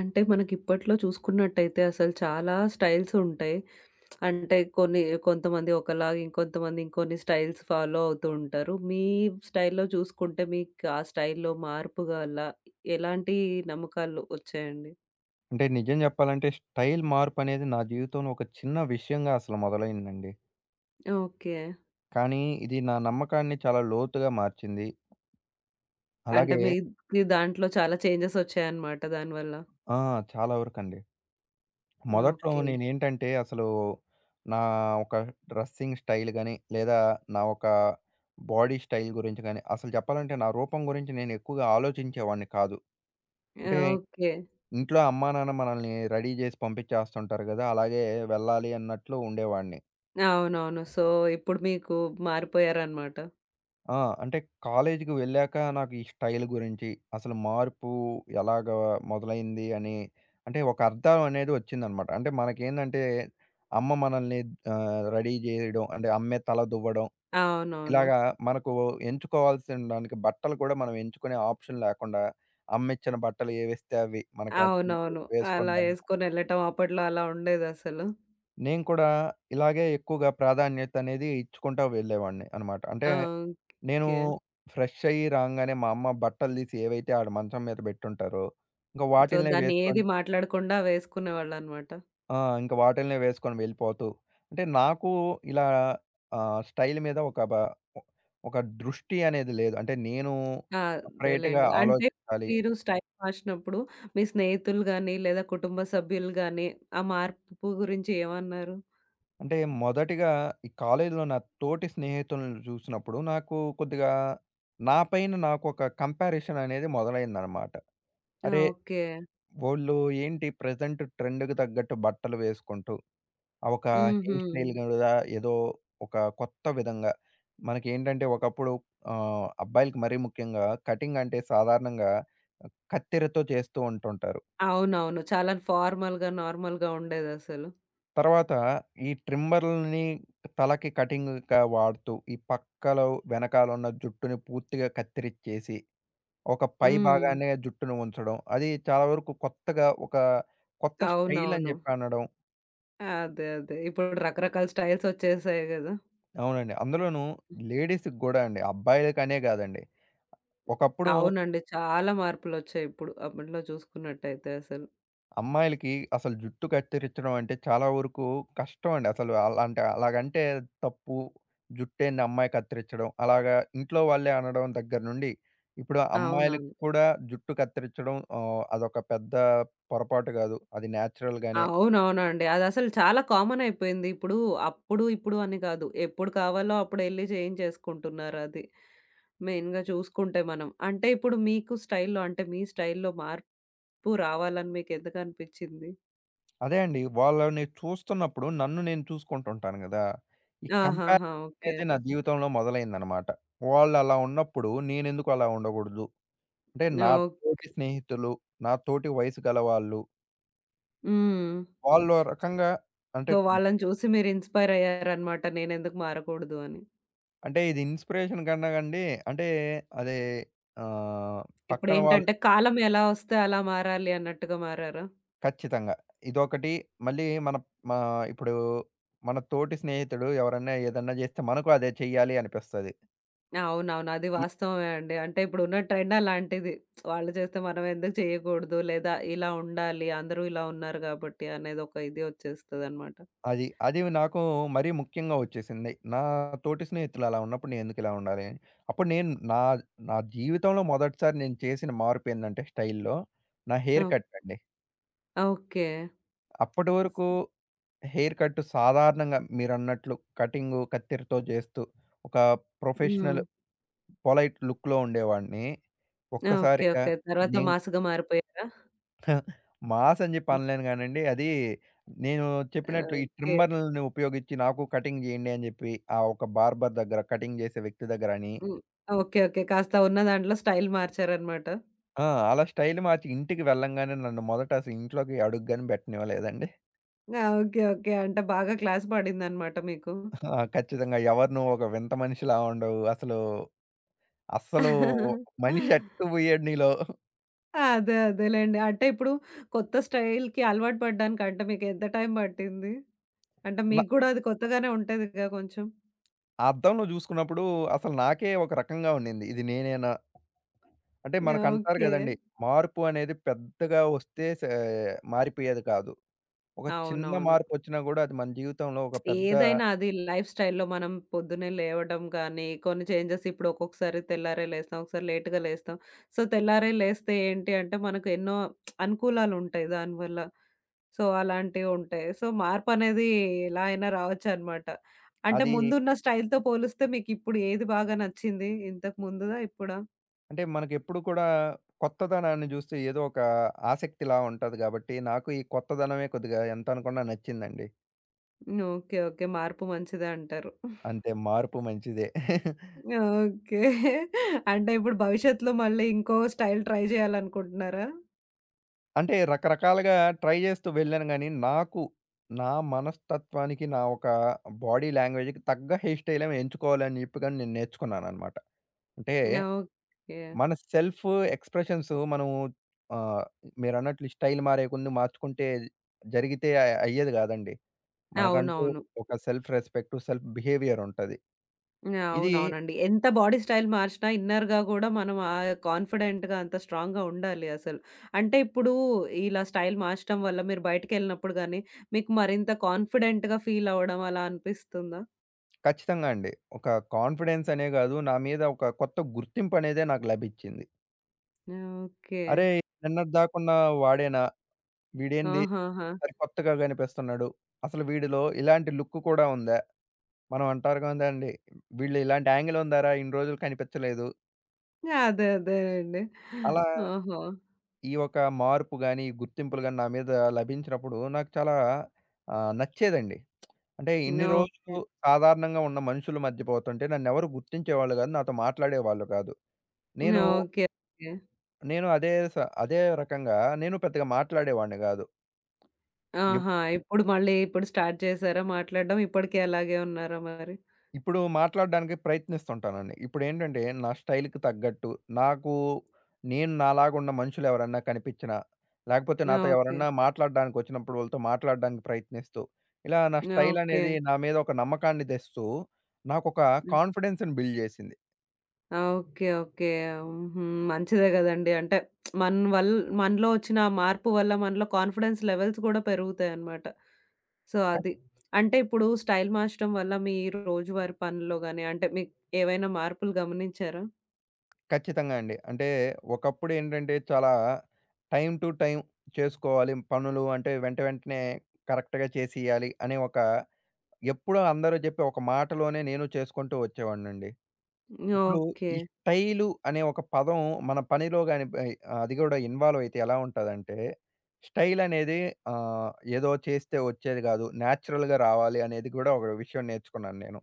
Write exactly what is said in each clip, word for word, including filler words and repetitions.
అంటే మనకిప్పట్లో చూసుకున్నట్టయితే అసలు చాలా స్టైల్స్ ఉంటాయి. అంటే కొన్ని కొంతమంది ఒకలాగా, ఇంకొంతమంది ఇంకొన్ని స్టైల్స్ ఫాలో అవుతూ ఉంటారు. మీ స్టైల్‌లో చూసుకుంటే మీకు ఆ స్టైల్‌లో మార్పు గల ఎలాంటి నమ్మకాలు వచ్చాయండి? అంటే నిజం చెప్పాలంటే స్టైల్ మార్పనేది నా జీవితంలో ఒక చిన్న విషయంగా అసలు మొదలైందండి. ఓకే. కానీ ఇది నా నమ్మకాన్ని చాలా లోతుగా మార్చింది. అంటే అలాగే మీ మీ దాంట్లో చాలా చేంజెస్ వచ్చాయన్నమాట దానివల్ల. ఆ! చాలా వరకండి. మొదట్లో ఓకే. నేనేంటంటే అసలు నా ఒక డ్రెస్సింగ్ స్టైల్ గాని, లేదా నా ఒక బాడీ స్టైల్ గురించి గాని, అసలు చెప్పాలంటే నా రూపం గురించి నేను ఎక్కువగా ఆలోచించేవాడిని కాదు. అంటే ఓకే. ఇంట్లో అమ్మా, నాన్న మనల్ని రెడీ జేసి పంపించేస్తుంటారు గదా! అలాగే వెళ్ళాలి అన్నట్లు ఉండేవాడిని. అవునవును. సో, ఇప్పుడు మీకు మారిపోయారన్నమాట. ఆ! అంటే కాలేజీకి వెళ్ళాక నాకు ఈ స్టైల్ గురించి, అసలు మార్పు ఎలాగా మొదలైంది అని అంటే ఒక అర్థం అనేది వచ్చిందనమాట. అంటే మనకేందంటే అమ్మ మనల్ని ఆహ్, రెడీ చేయడం, అంటే అమ్మే తల దువ్వడం, అవునవును. ఇలాగా మనకు ఎంచుకోవాల్సిన దానికి బట్టలు కూడా మనం ఎంచుకునే ఆప్షన్ లేకుండా అమ్మిచ్చిన బట్టలు ఏవేస్తే అవి మనకు నచ్చినట్లు అవునవును. వేసుకొని అలా వెళ్ళడం. యేసుకొని ఎళ్ళటం అప్పట్లో అలా ఉండేదసలు. నేను కూడా ఇలాగే ఎక్కువగా ప్రాధాన్యత అనేది ఇచ్చుకుంటా వెళ్ళేవాడిని అనమాట. ఆ! అంటే నేను ఓకే. ఫ్రెష్ అయ్యి రాంగానే మా అమ్మ బట్టలు తీసి ఏవైతే ఆడ మంచం మీద పెట్టుంటారో, ఇంక సో, వాటిల్నే దాన్ని ఏది వేసుకొని మాట్లాడకుండా వేసుకునేవాళ్ళనమాట. ఆ! ఇంక వాటిల్నే వేసుకొని వెళ్ళిపోతూ, అంటే నాకు ఇలా ఆహ్, స్టైల్ మీద ఒక బ ఒ ఒక దృష్టి అనేది లేదు. అంటే నేను ఆ! సపరేట్‌గా అదేలెండి. అంటే ఆలోచించాలి. మీరు స్టైల్ మార్చినప్పుడు మీ స్నేహితులు గాని, లేదా కుటుంబ సభ్యులు గాని ఆ మార్పు గురించి ఏమన్నారు? అంటే మొదటిగా ఈ కాలేజీలో నా తోటి స్నేహితులను చూసినప్పుడు నాకు కొద్దిగా నా పైన నాకొక కంపారిజన్ అనేది మొదలైందనమాట. ఆ! అరే! ఓకే. వోళ్ళు ఏంటి ప్రెజెంట్ ట్రెండ్‌కి తగ్గట్టు బట్టలు వేసుకుంటూ ఆ ఒక హుహు. హెయిర్ స్టైల్ గూడా ఏదో ఒక కొత్త విధంగా మనకేంటంటే ఒకప్పుడు ఆహ్, అబ్బాయిలకి మరీ ముఖ్యంగా కటింగ్ అంటే సాధారణంగా కత్తెరతో చేస్తూ ఉంటుంటారు. అవునవును. చాలా ఫార్మల్‌గా, నార్మల్‌గా ఉండేదసలు. తర్వాత ఈ ట్రిమ్మర్‌లని తలకి కటింగ్‌గా వాడుతూ ఈ పక్కలో వెనకాలున్న జుట్టుని పూర్తిగా కత్తిరిచ్చేసి ఒక పై హ్మ్. భాగాన్నే జుట్టును ఉంచడం. అది చాలా వరకు కొత్తగా ఒక కొత్త స్టైల్ అని అవునవును. జెప్పి అనడం. అదే. అదే. ఇప్పుడు రకరకాల స్టైల్స్ వచ్చేసాయి గదా! అవునండి. అందులోనూ లేడీస్‌కి గూడా అండి. అబ్బాయిలకనే గాదండి. ఒకప్పుడు అవునండి. చాలా మార్పులొచ్చాయి ఇప్పుడు. అప్పట్లో చూసుకున్నట్టయితే అసలు. అమ్మాయిలకి అసలు జుట్టు కత్తిరించడం అంటే చాలా వరకు కష్టం అండి. అసలు అలాంటి అలాగంటే తప్పు. జుట్టేంది అమ్మాయి కత్తిరించడం. అలాగా ఇంట్లో వాళ్ళే అనడం దగ్గర నుండి, ఇప్పుడు అమ్మాయిలకి అవునవును. కూడా జుట్టు కత్తిరించడం ఆహ్, అదొక పెద్ద పొరపాటు కాదు. అది నేచురల్‌గానే. అవునవునండి. అదసలు చాలా కామన్ అయిపోయింది. ఇప్పుడు అప్పుడు, ఇప్పుడు అని కాదు. ఎప్పుడు కావాలో అప్పుడు ఎళ్లి చేయించేసుకుంటున్నారది. మెయిన్‌గా చూసుకుంటే మనం. అంటే ఇప్పుడు మీకు స్టైల్‌లో అంటే మీ స్టైల్‌లో మార్పు రావాలని మీకెందుకనిపిచ్చింది? అదే అండి. వాళ్ళని చూస్తున్నప్పుడు నన్ను నేను చూసుకుంటుంటాను గదా! ఈ కంపేర్ ఆహాహా! ఓకే. అనేది నా జీవితంలో మొదలైందనమాట. వాళ్ళు అలా ఉన్నప్పుడు నేనెందుకు అలా ఉండకూడదు? అంటే నా ఓహ్! తోటి స్నేహితులు, నా తోటి వయసు గలవాళ్ళు హ్మ్. వాళ్ళు ఓ రకంగా అంటే సో, వాళ్ళని చూసి మీరు ఇన్‌స్పైర్ అయ్యారనమాట. నేనెందుకు మారకూడదు అని. అంటే ఇది ఇన్‌స్పిరేషన్ కన్నా కండి అంటే అదే ఆహ్, పక్కన వాళ్ళు ఇప్పుడేంటంటే కాలం ఎలా వస్తే అలా మారాలి అన్నట్టుగా మారారా? ఖచ్చితంగా. ఇదొకటి మళ్ళీ మన మా ఇప్పుడు మన తోటి స్నేహితుడు ఎవరన్నా ఏదన్నా చేస్తే మనకు అదే చెయ్యాలి అనిపిస్తది. అవునవును. అది ఇ వాస్తవమే అండి. అంటే ఇప్పుడున్న ట్రెండ్ అలాంటిది. వాళ్ళు చేస్తే మనం ఎందుకు చేయకూడదు? లేదా ఇలా ఉండాలి. అందరూ ఇలా ఉన్నారు కాబట్టి అనేది ఒక ఇది వచ్చేస్తదనమాట. అది అది నాకు మరీ ముఖ్యంగా వచ్చేసింది. నా తోటి స్నేహితులు అలా ఉన్నప్పుడు నేను ఎందుకు ఇలా ఉండాలి అని. అప్పుడు నేను నా నా జీవితంలో మొదటిసారి నేను చేసిన మార్పు ఏందంటే స్టైల్‌లో నా హెయిర్ ఓహ్! కట్ అండి. ఓకే. అప్పటి వరకు హెయిర్ కట్ సాధారణంగా మీరన్నట్లు కటింగు, కత్తెరతో చేస్తూ ఒక హ్మ్. ప్రొఫెషనల్ పొలైట్ లుక్‌లో ఉండేవాడిని. ఓకే. ఒక్కసారిగా ఓకే. తర్వాత నేను మాస్‌గా మారిపోయారా? మాస్ అని చెప్పి అనలేను గానండి. అది నేను చెప్పినట్లు ఈ ఓకే. ట్రిమ్మర్‌లని ఉపయోగించి నాకు కటింగ్ చేయండి అని చెప్పి ఆ ఒక బార్బర్ దగ్గర కటింగ్ చేసే వ్యక్తి దగ్గర అని హ్మ్. ఓకే. ఓకే. కాస్త ఉన్న దాంట్లో స్టైల్ మార్చారనమాట. ఆ! అలా స్టైల్ మార్చి ఇంటికి వెళ్ళంగానే నన్ను మొదట అసలు ఇంట్లోకి అడుగు గాని పెట్టనివ్వలేదండి. ఆ! ఓకే. ఓకే. అంటే బాగా క్లాస్ పడిందనమాట మీకు. ఆ! ఖచ్చితంగా ఎవరు నువ్వు ఒక వింత మనిషిలా ఉండవు. అసలు అస్సలు మనిషి అట్టు పోయాడు నీలో. అదే. అదేలెండి. అంటే ఇప్పుడు కొత్త స్టైల్‌కి అలవాటు పడ్డానికి అంటే మీకెంత టైం పట్టింది? అంటే న మీకు గూడా అది కొత్తగానే ఉంటదిగా కొంచెం. ఆ అద్దంలో జూసుకున్నప్పుడు అసలు నాకే ఒక రకంగా ఉండింది. ఇది నేనేనా? అంటే యాహ్! మనకంటారు ఓకే. గదండీ! మార్పు అనేది పెద్దగా వస్తే సే మారిపోయేది కాదు. ఒక చిన్న అవునవును. మార్పొచ్చినా గూడా అది మన జీవితంలో ఒక పెద్ద ఏదైనా అది లైఫ్ స్టైల్‌లో మనం పొద్దున్నే లేవడం గానీ, కొన్ని చేంజెస్ ఇప్పుడు ఒక్కొక్కసారి తెల్లారే లేస్తాం, ఒకసారి లేట్‌గా లేస్తాం. సో, తెల్లారే లేస్తే ఏంటి అంటే, మనకు ఎన్నో అనుకూలాలుంటాయి దానివల్ల. సో, అలాంటివుంటాయి. సో, మార్పనేది ఎలా అయినా రావచ్చనమాట. అంటే అది ముందున్న స్టైల్‌తో పోలిస్తే మీకిప్పుడు ఏది బాగా నచ్చింది? ఇంతకు ముందుదా? ఇప్పుడా? అంటే మనకెప్పుడు కూడా కొత్తదనాన్ని జూస్తే ఏదో ఒక ఆసక్తిలా ఉంటది గాబట్టి, నాకు ఈ కొత్తదనమే కొద్దిగా ఎంత అనుకున్నా నచ్చిందండి. హ్మ్. ఓకే. ఓకే. మార్పు మంచిదే అంటారు. అంతే మార్పు మంచిదే. ఓకే. అంటే ఇప్పుడు భవిష్యత్తులో మళ్ళీ ఇంకో స్టైల్ ట్రై చేయాలనుకుంటున్నారా? అంటే రకరకాలుగా ట్రై చేస్తూ వెళ్ళాను గానీ, నాకు నా మనస్తత్వానికి, నా ఒక బాడీ లాంగ్వేజ్‌కి తగ్గ హెయిర్ స్టైలే ఎంచుకోవాలని చెప్పి గాని నేను నేర్చుకున్నాననమాట. అంటే ఓకే. మన సెల్ఫ్ ఎక్స్‌ప్రెషన్స్ మనం ఆహ్, మీరన్నట్లు ఈ స్టైల్ మారేకొద్దీ మార్చుకుంటే జరిగితే అ అయ్యేది కాదండి. మనకంటూ అవునవును. ఒక సెల్ఫ్ రెస్పెక్ట్, సెల్ఫ్ బిహేవియర్ ఉంటది. ఆ, ఇది అవునవునండి. ఎంత బాడీ స్టైల్ మార్చినా ఇన్నర్‌గా గూడా మనం ఆహ్, కాన్ఫిడెంట్‌గా అంత స్ట్రాంగ్‌గా ఉండాలి అసలు. అంటే ఇప్పుడు ఇలా స్టైల్ మార్చడం వల్ల మీరు బయటికెళ్ళినప్పుడు గానీ, మీకు మరింత కాన్ఫిడెంట్‌గా ఫీల్ అవ్వడం అలా అనిపిస్తుందా? ఖచ్చితంగా అండి. ఒక కాన్ఫిడెన్స్ అనే కాదు, నా మీద ఒక కొత్త గుర్తింపు అనేదే నాకు లభించింది. ఓకే. అరేయ్! నిన్నటిదాకున్న వాడేనా? వీడేంది ఆహాహా! సరికొత్తగా కనిపిస్తున్నాడు. అసలు వీడిలో ఇలాంటి లుక్ కూడా ఉందా? మనం అంటారు కదండీ! వీళ్ళు ఇలాంటి యాంగిల్ ఉందారా ఇన్ని రోజులు కనిపించలేదు. అదే. అదేనండి. అలా ఓహో! ఈ యొక్క మార్పు గాని, గుర్తింపులు గాని నా మీద లభించినప్పుడు నాకు చాలా ఆహ్, నచ్చేదండి. అంటే ఇన్ని ఓకే. రోజులు సాధారణంగా ఉన్న మనుషుల మధ్య పోతుంటే నన్నెవరు గుర్తించేవాళ్ళు కాదు. నాతో మాట్లాడేవాళ్ళు కాదు. నేను, ఓకే. ఓకే. నేను అదే స అదే రకంగా నేను పెద్దగా మాట్లాడేవాడిని కాదు. ఆహా! ఇప్పుడు మళ్ళీ ఇప్పుడు స్టార్ట్ చేసారా మాట్లాడడం? ఇప్పటికి అలాగే ఉన్నారా మరి? ఇప్పుడు మాట్లాడడానికి ప్రయత్నిస్తుంటానండి. ఇప్పుడేంటంటే, నా స్టైల్‌కి తగ్గట్టు, నాకు నేను నాలాగున్న మనుషులెవరన్నా కనిపించినా, లేకపోతే నాతో ఓకే. ఎవరన్నా మాట్లాడడానికొచ్చినప్పుడు వాళ్ళతో మాట్లాడడానికి ప్రయత్నిస్తూ, ఇలా నా ఓకే. స్టైలనేది నా మీద ఒక నమ్మకాన్ని తెస్తూ, నాకొక కాన్ఫిడెన్స్‌ని బిల్డ్ చేసింది. ఆ! ఓకే. ఓకే. హుహు. మంచిదే గదండీ. అంటే మన వల్ మనలో వచ్చిన మార్పు వల్ల మనలో కాన్ఫిడెన్స్ లెవెల్స్ కూడా పెరుగుతాయన్నమాట. సో, అది. అంటే ఇప్పుడు స్టైల్ మార్చడం వల్ల మీ రోజువారీ పనుల్లో గాని, అంటే మీకు ఏవైనా మార్పులు గమనించారా? ఖచ్చితంగా అండి. అంటే, ఒకప్పుడేంటంటే, చాలా టైమ్ టు టైమ్ చేసుకోవాలి పనులు. అంటే, వెంట వెంటనే కరెక్ట్‌గా చేసేయాలి అనే ఒక ఎప్పుడూ అందరూ చెప్పే ఒక మాటలోనే నేను చేసుకుంటూ వచ్చేవాడినండి. ఇప్పుడు ఓకే. ఈ స్టైలు అనే ఒక పదం మన పనిలో గాని బయ్ అది గూడా ఇన్వాల్వ్ అయితే ఎలా ఉంటదంటే, స్టైల్ అనేది ఆహ్, ఏదో చేస్తే వచ్చేది గాదు. నేచురల్‌గా రావాలి అనేది గూడా ఒక విషయం నేర్చుకున్నాను నేను.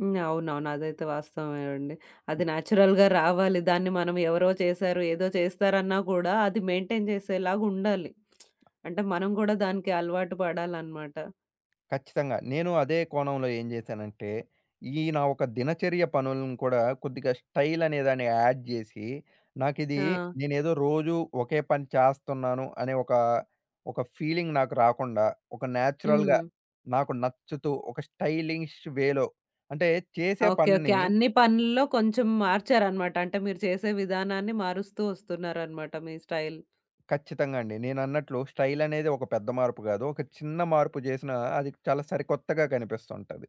హ్మ్. అవునవును. అదైతే వాస్తవమే అండి. అది నేచురల్‌గా రావాలి. దాన్ని మనం ఎవరో చేశారు, ఏదో చేస్తారన్నా కూడా అది మెయింటైన్ చేసేలాగా ఉండాలి. అంటే మనం గూడా దానికి అలవాటు పడాలన్నమాట. ఖచ్చితంగా. నేను అదే కోణంలో ఏం జేశానంటే, ఈ నా ఒక దినచర్య పనులను కూడా కొద్దిగా స్టైల్ అనే దాన్ని యాడ్ జేసి, నాకిది ఆ! నేనేదో రోజు ఒకే పని చేస్తున్నాను అనే ఒక, ఒక ఫీలింగ్ నాకు రాకుండా, ఒక నేచురల్‌గా హ్మ్. నాకు నచ్చుతూ ఒక స్టైలిష్ వేలో అంటే చేసే ఓకే. ఓకే. పనిని అన్ని పనుల్లో కొంచెం మార్చారనమాట. అంటే మీరు చేసే విధానాన్ని మారుస్తూ వస్తున్నారనమాట మీ స్టైల్. ఖచ్చితంగా అండి. నేనన్నట్లు స్టైల్ అనేది ఒక పెద్ద మార్పు గాదు. ఒక చిన్న మార్పు జేసినా అది చాలా సరికొత్తగా కనిపిస్తుంటది.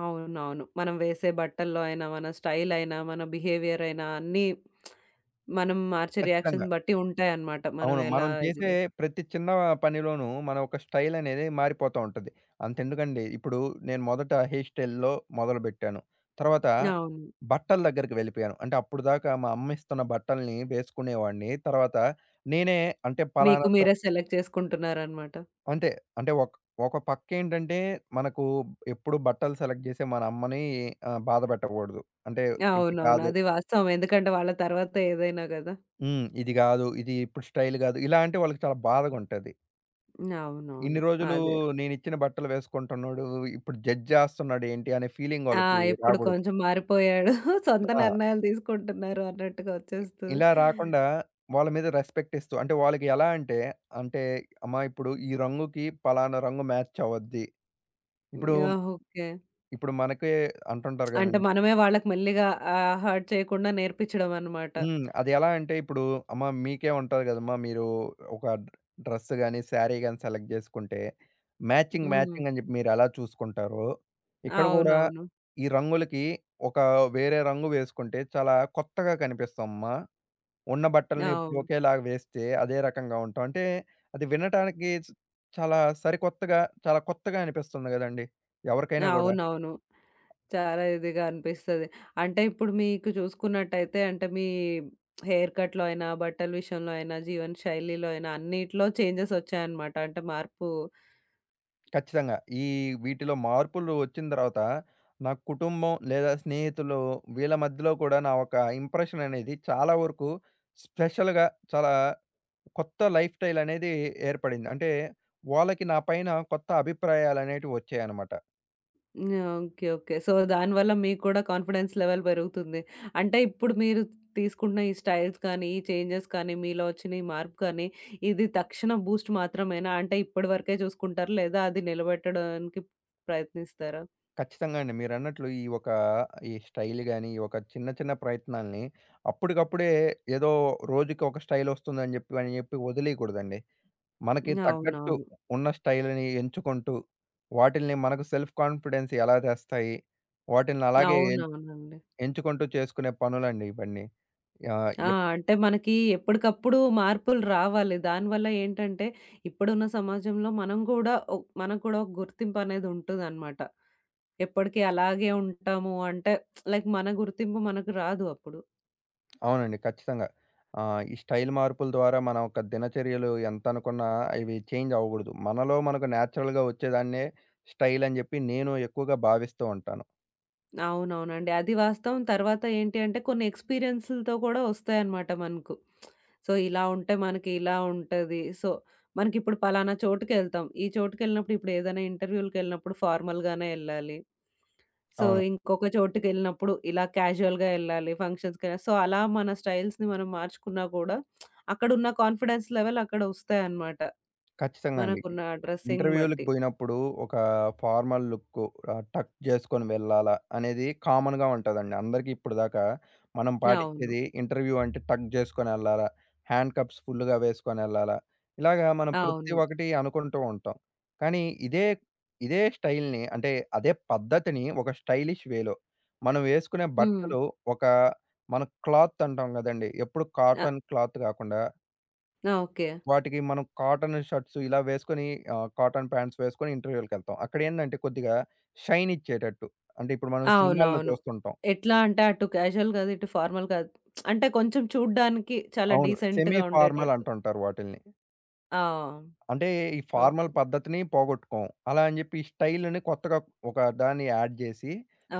అవునవును. మనం వేసే బట్టల్లో అయినా, మన స్టైల్ అయినా, మన బిహేవియర్ అయినా అన్నీ మనం మార్చే రియాక్షన్ ఖచ్చితంగా. బట్టి ఉంటాయనమాట. మనం అవును. ఎలా మనం ఇది చేసే జే ప్రతి చిన్న పనిలోనూ మన ఒక స్టైల్ అనేది మారిపోతా ఉంటది. అంతెందుకండి ఇప్పుడు నేను మొదట హెయిర్ స్టైల్‌లో మొదలుపెట్టాను. తర్వాత అవును. బట్టల దగ్గరికి వెళ్ళిపోయాను. అంటే అప్పటిదాకా మా అమ్మ ఇస్తున్న బట్టల్ని వేసుకునేవాడిని. తర్వాత నేనే అంటే మీకు పలానా చొ మీరే సెలెక్ట్ చేసుకుంటున్నారనమాట. అంతే. అంటే ఒక ఒక పక్కేంటంటే మనకు ఎప్పుడు బట్టలు సెలెక్ట్ చేసే మన అమ్మని ఆహ్, బాధపెట్టకూడదు. అంటే ఇది అవునవును. కాదు అది వాస్తవం. ఎందుకంటే వాళ్ళ తర్వాత ఏదైనా గదా! హ్మ్. ఇది కాదు. ఇది ఇప్పుడు స్టైల్ కాదు. ఇలా అంటే వాళ్ళకి చాలా బాధగా ఉంటది. అవునవును. ఇన్ని రోజులు అదే. నేనిచ్చిన బట్టలు వేసుకుంటున్నాడు. ఇప్పుడు జడ్జ్ జేస్తున్నాడు ఏంటి అనే ఫీలింగ్ ఆ! వాళ్ళకి ఇప్పుడు రాగూడదు. కొంచెం మారిపోయాడు. సొంత ఆ! నిర్ణయాలు తీసుకుంటున్నారు అన్నట్టుగా వచ్చేస్తది. ఇలా రాకుండా వాళ్ళ మీద రెస్పెక్ట్ ఇస్తూ అంటే వాళ్ళకి ఎలా అంటే, అంటే అమ్మా ఇప్పుడు ఈ రంగుకి పలానా రంగు మ్యాచ్ అవ్వద్ది. ఇప్పుడు యాహ్! ఓకే. ఇప్పుడు మనకే అంటుంటారు అంటే గదండీ! మనమే వాళ్ళకి మెల్లిగా ఆహ్, హర్ట్ చేయకుండా నేర్పించడం అన్నమాట. హ్మ్. అది ఎలా అంటే ఇప్పుడు అమ్మ మీకే ఉంటది కదమ్మా! మీరు ఒక డ్రెస్ గాని, శారీ గాని సెలెక్ట్ చేసుకుంటే మ్యాచింగ్, హ్మ్. మ్యాచింగ్ అని చెప్పి మీరెలా చూసుకుంటారో, ఇక్కడ కూడా అవునవును. ఈ రంగులకి ఒక వేరే రంగు వేసుకుంటే చాలా కొత్తగా కనిపిస్తామమ్మా. ఉన్న బట్టల్ని ఇప్పుడు అవును. ఒకేలాగా వేస్తే అదే రకంగా ఉంటాం. అంటే అది వినటానికి చ్- చాలా సరికొత్తగా, చాలా కొత్తగా అనిపిస్తుంది కదండీ! ఎవరికైనా కూడా. అవునవును. చాలా ఇదిగా అనిపిస్తది. అంటే ఇప్పుడు మీకు చూసుకున్నట్టయితే అంటే మీ హెయిర్ కట్‌లో అయినా, బట్టల విషయంలో అయినా, జీవన శైలిలో అయినా అన్నిట్లో చేంజెస్ వచ్చాయన్నమాట. అంటే మార్పు ఖచ్చితంగా. ఈ వీటిలో మార్పులు వచ్చిన తర్వాత, నా కుటుంబం లేదా స్నేహితులు వీళ్ళ మధ్యలో కూడా నా ఒక ఇంప్రెషన్ అనేది చాలా వరకు స్పెషల్‌గా చాలా కొత్త లైఫ్ స్టైల్ అనేది ఏర్పడింది. అంటే వాళ్ళకి నా పైన కొత్త అభిప్రాయాలనేటివి వచ్చాయన్నమాట. హ్మ్. ఓకే. ఓకే. సో, దానివల్ల మీకు కూడా కాన్ఫిడెన్స్ లెవెల్ పెరుగుతుంది. అంటే ఇప్పుడు మీరు తీసుకుంటున్న ఈ స్టైల్స్ కానీ, ఈ చేంజెస్ కానీ, మీలో వచ్చిన ఈ మార్పు కానీ, ఇది తక్షణ బూస్ట్ మాత్రమేనా? అంటే ఇప్పటి వరకే చూసుకుంటారా? లేదా అది నిలబెట్టడానికి ప్రయత్నిస్తారా? ఖచ్చితంగా అండి. మీరన్నట్లు ఈ ఒక ఈ స్టైల్ గాని, ఈ ఒక చిన్న చిన్న ప్రయత్నాల్ని అప్పటికప్పుడే ఏదో రోజుకి ఒక స్టైల్ వస్తుందని చెప్పి అని చెప్పి వదిలేయకూడదండి. మనకి తగ్గట్టు అవునవును. ఉన్న స్టైల్‌ని ఎంచుకుంటూ, వాటిల్ని మనకు సెల్ఫ్ కాన్ఫిడెన్స్ ఎలా తెస్తాయి? వాటిల్ని అలాగే ఎం అవునవునండి. ఎంచుకుంటూ చేసుకునే పనులండి ఇవన్నీ. ఆహ్, ఆ! ఎప్ అంటే మనకి ఎప్పటికప్పుడు మార్పులు రావాలి. దానివల్ల ఏంటంటే ఇప్పుడున్న సమాజంలో మనం గూడా ఒ మనకు కూడా ఒక గుర్తింపు అనేది ఉంటదనమాట. ఎప్పటికి అలాగే ఉంటాము అంటే లైక్ మన గుర్తింపు మనకు రాదు అప్పుడు. అవునండి. ఖచ్చితంగా. ఆహ్, ఈ స్టైల్ మార్పుల ద్వారా మన యొక్క దినచర్యలు ఎంతనుకున్నా ఇవి చేంజ్ అవ్వకూడదు. మనలో మనకు నేచురల్‌గా వచ్చేదాన్నే స్టైల్ అని చెప్పి నేను ఎక్కువగా భావిస్తూ ఉంటాను. అవునవునండి. అది వాస్తవం. తర్వాత ఏంటి అంటే కొన్ని ఎక్స్‌పీరియన్స్‌లతో కూడా వస్తాయన్నమాట మనకు. సో, ఇలా ఉంటే మనకి ఇలా ఉంటది. సో, మనకిప్పుడు పలానా చోటుకెళ్తాం. ఈ చోటుకెళ్ళినప్పుడు ఇప్పుడు ఏదైనా ఇంటర్వ్యూలకెళ్ళినప్పుడు ఫార్మల్‌గానే ఎళ్ళాలి. సో, అవును. ఇంకొక చోటుకెళ్ళినప్పుడు ఇలా క్యాజువల్‌గా ఎళ్ళాలి. ఫంక్షన్స్‌కెళ్ళాలి. సో, అలా మన స్టైల్స్‌ని మనం మార్చుకున్నా కూడా అక్కడున్న కాన్ఫిడెన్స్ లెవెల్ అక్కడ వస్తాయన్నమాట. ఖచ్చితంగా అండి. మనకున్న డ్రెస్సింగ్ ఇంటర్‌వ్యూ‌లకి బట్టి. బోయినప్పుడు ఒక ఫార్మల్ లుక్కు ఆహ్, టక్ జేసుకొని వెళ్ళాలా అనేది కామన్‌గా ఉంటదండి. అందరికీ ఇప్పటిదాకా మనం అవును. పాటించేది ఇంటర్‌వ్యూ అంటే టక్ జేసుకొనెళ్ళాలా, హ్యాండ్ కప్స్ ఫుల్‌గా వేసుకొనెళ్ళాలా, ఇలాగా మనం ప్రతి అవును. ఒక్కటి అనుకుంటూ ఉంటాం. కానీ ఇదే, ఇదే స్టైల్‌ని అంటే అదే పద్ధతిని ఒక స్టైలిష్ వేలో మనం వేసుకునే హ్మ్. బట్టలు ఒక మన క్లాత్ అంటాం గదండీ! ఎప్పుడు ఆహ్, కాటన్ క్లాత్ గాకుండా ఓకే. వాటికి మనం కాటన్ షర్ట్స్ ఇలా వేసుకొని ఆహ్, కాటన్ ప్యాంట్స్ వేసుకొని ఇంటర్వ్యూలకెళ్తాం. అక్కడేందంటే కొద్దిగా షైన్ ఇచ్చేటట్టు. అంటే ఇప్పుడు మనం సినిమాల్లో అవునవును. చూస్తుంటాం. ఎట్లా అంటే అటు క్యాజువల్ కాదు, ఇటు ఫార్మల్ కాదు. అంటే కొంచెం చూడ్డానికి చాలా అవును. సెమీ డీసెంట్‌గా ఫార్మల్ ఉండేటట్టు. అంటుంటారు వాటిల్ని. ఆ! అంటే ఈ ఫార్మల్ ఓకే. పద్ధతిని పోగొట్టుకోం. అలా అని జెప్పి ఈ స్టైల్‌ని కొత్తగా ఒక దాన్ని యాడ్ జేసి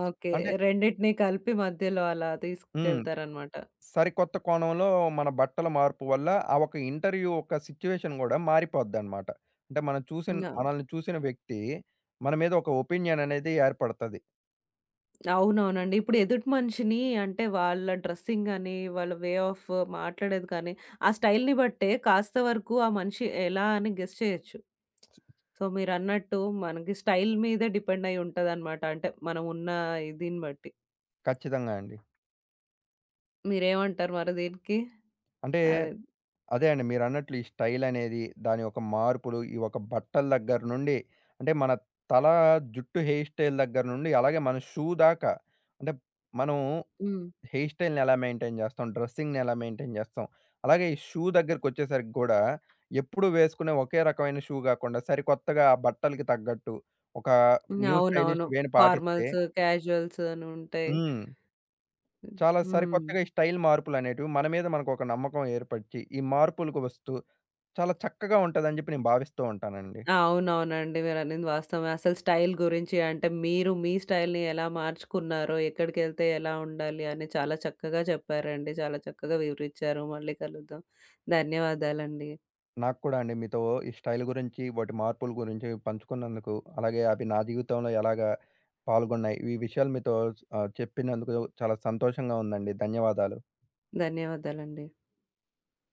ఓకే. అంటే రెండిటిని కలిపి మధ్యలో అలా హ్మ్. తీసుకెళ్తారనమాట. సరికొత్త కోణంలో మన బట్టల మార్పు వల్ల ఆ ఒక ఇంటర్వ్యూ ఒక సిట్యుయేషన్ గూడా మారిపోద్దనమాట. అంటే మనం చూసిన ఆ! మనల్ని చూసిన వ్యక్తి మన మీద ఒక ఒపీనియన్ అనేది ఏర్పడతది. అవునవునండి. ఇప్పుడు ఎదుటి మనిషిని అంటే వాళ్ళ డ్రెస్సింగ్ గాని, వాళ్ళ వే ఆఫ్ మాట్లాడేది కానీ, ఆ స్టైల్‌ని బట్టే కాస్త వరకు ఆ మనిషి ఎలా అని గెస్ చేయొచ్చు. సో, మీరన్నట్టు మనకి స్టైల్ మీదే డిపెండ్ అయ్యి ఉంటదనమాట. అంటే మనం ఉన్న దీన్ని బట్టి. ఖచ్చితంగా అండి. మీరేమంటారు మరి దీనికి? అంటే అదే. అదే అండి మీరన్నట్లు ఈ స్టైల్ అనేది, దాని యొక్క మార్పులు, ఈ ఒక బట్టల దగ్గర నుండి, అంటే మన తల, జుట్టు హెయిర్ స్టైల్ దగ్గర నుండి, అలాగే మన షూ దాకా అంటే మనం హ్మ్. హెయిర్ స్టైల్‌ని ఎలా మెయింటైన్ చేస్తాం? డ్రెస్సింగ్‌ని ఎలా మెయింటైన్ చేస్తాం? అలాగే ఈ షూ దగ్గరికొచ్చేసరికి గూడా, ఎప్పుడు వేసుకునే ఒకే రకమైన షూ గాకుండా, సరికొత్తగా ఆ బట్టలకి తగ్గట్టు, ఒక హ్మ్. న్యూ స్టైలిష్ అవునవును. వేని పాటిస్తే ఫార్మల్స్, క్యాజువల్స్ అని ఉంటాయి. హ్మ్. చాలా హ్మ్. సరికొత్తగా ఈ స్టైల్ మార్పులనేటివి మన మీద మనకు ఒక నమ్మకం ఏర్పరిచి, ఈ మార్పులకు వస్తూ చాలా చక్కగా ఉంటదని జెప్పి నేను భావిస్తూ ఉంటానండి. అవునవునండి. మీరనింది వాస్తవమే. అసలు స్టైల్ గురించి అంటే మీరు మీ స్టైల్‌ని ఎలా మార్చుకున్నారో, ఎక్కడికెళ్తే ఎలా ఉండాలి అని చాలా చక్కగా చెప్పారండి. చాలా చక్కగా వివరిచ్చారు. మళ్ళీ కలుద్దాం. ధన్యవాదాలండి. నాకు కూడా అండి మీతో ఈ స్టైల్ గురించి, వాటి మార్పుల గురించి పంచుకున్నందుకు, అలాగే అవి నా జీవితంలో ఎలాగా పాల్గొన్నాయి, ఈ విషయాలు మీతో ఆహ్, చెప్పినందుకు చాలా సంతోషంగా ఉందండి. ధన్యవాదాలు. ధన్యవాదాలండి.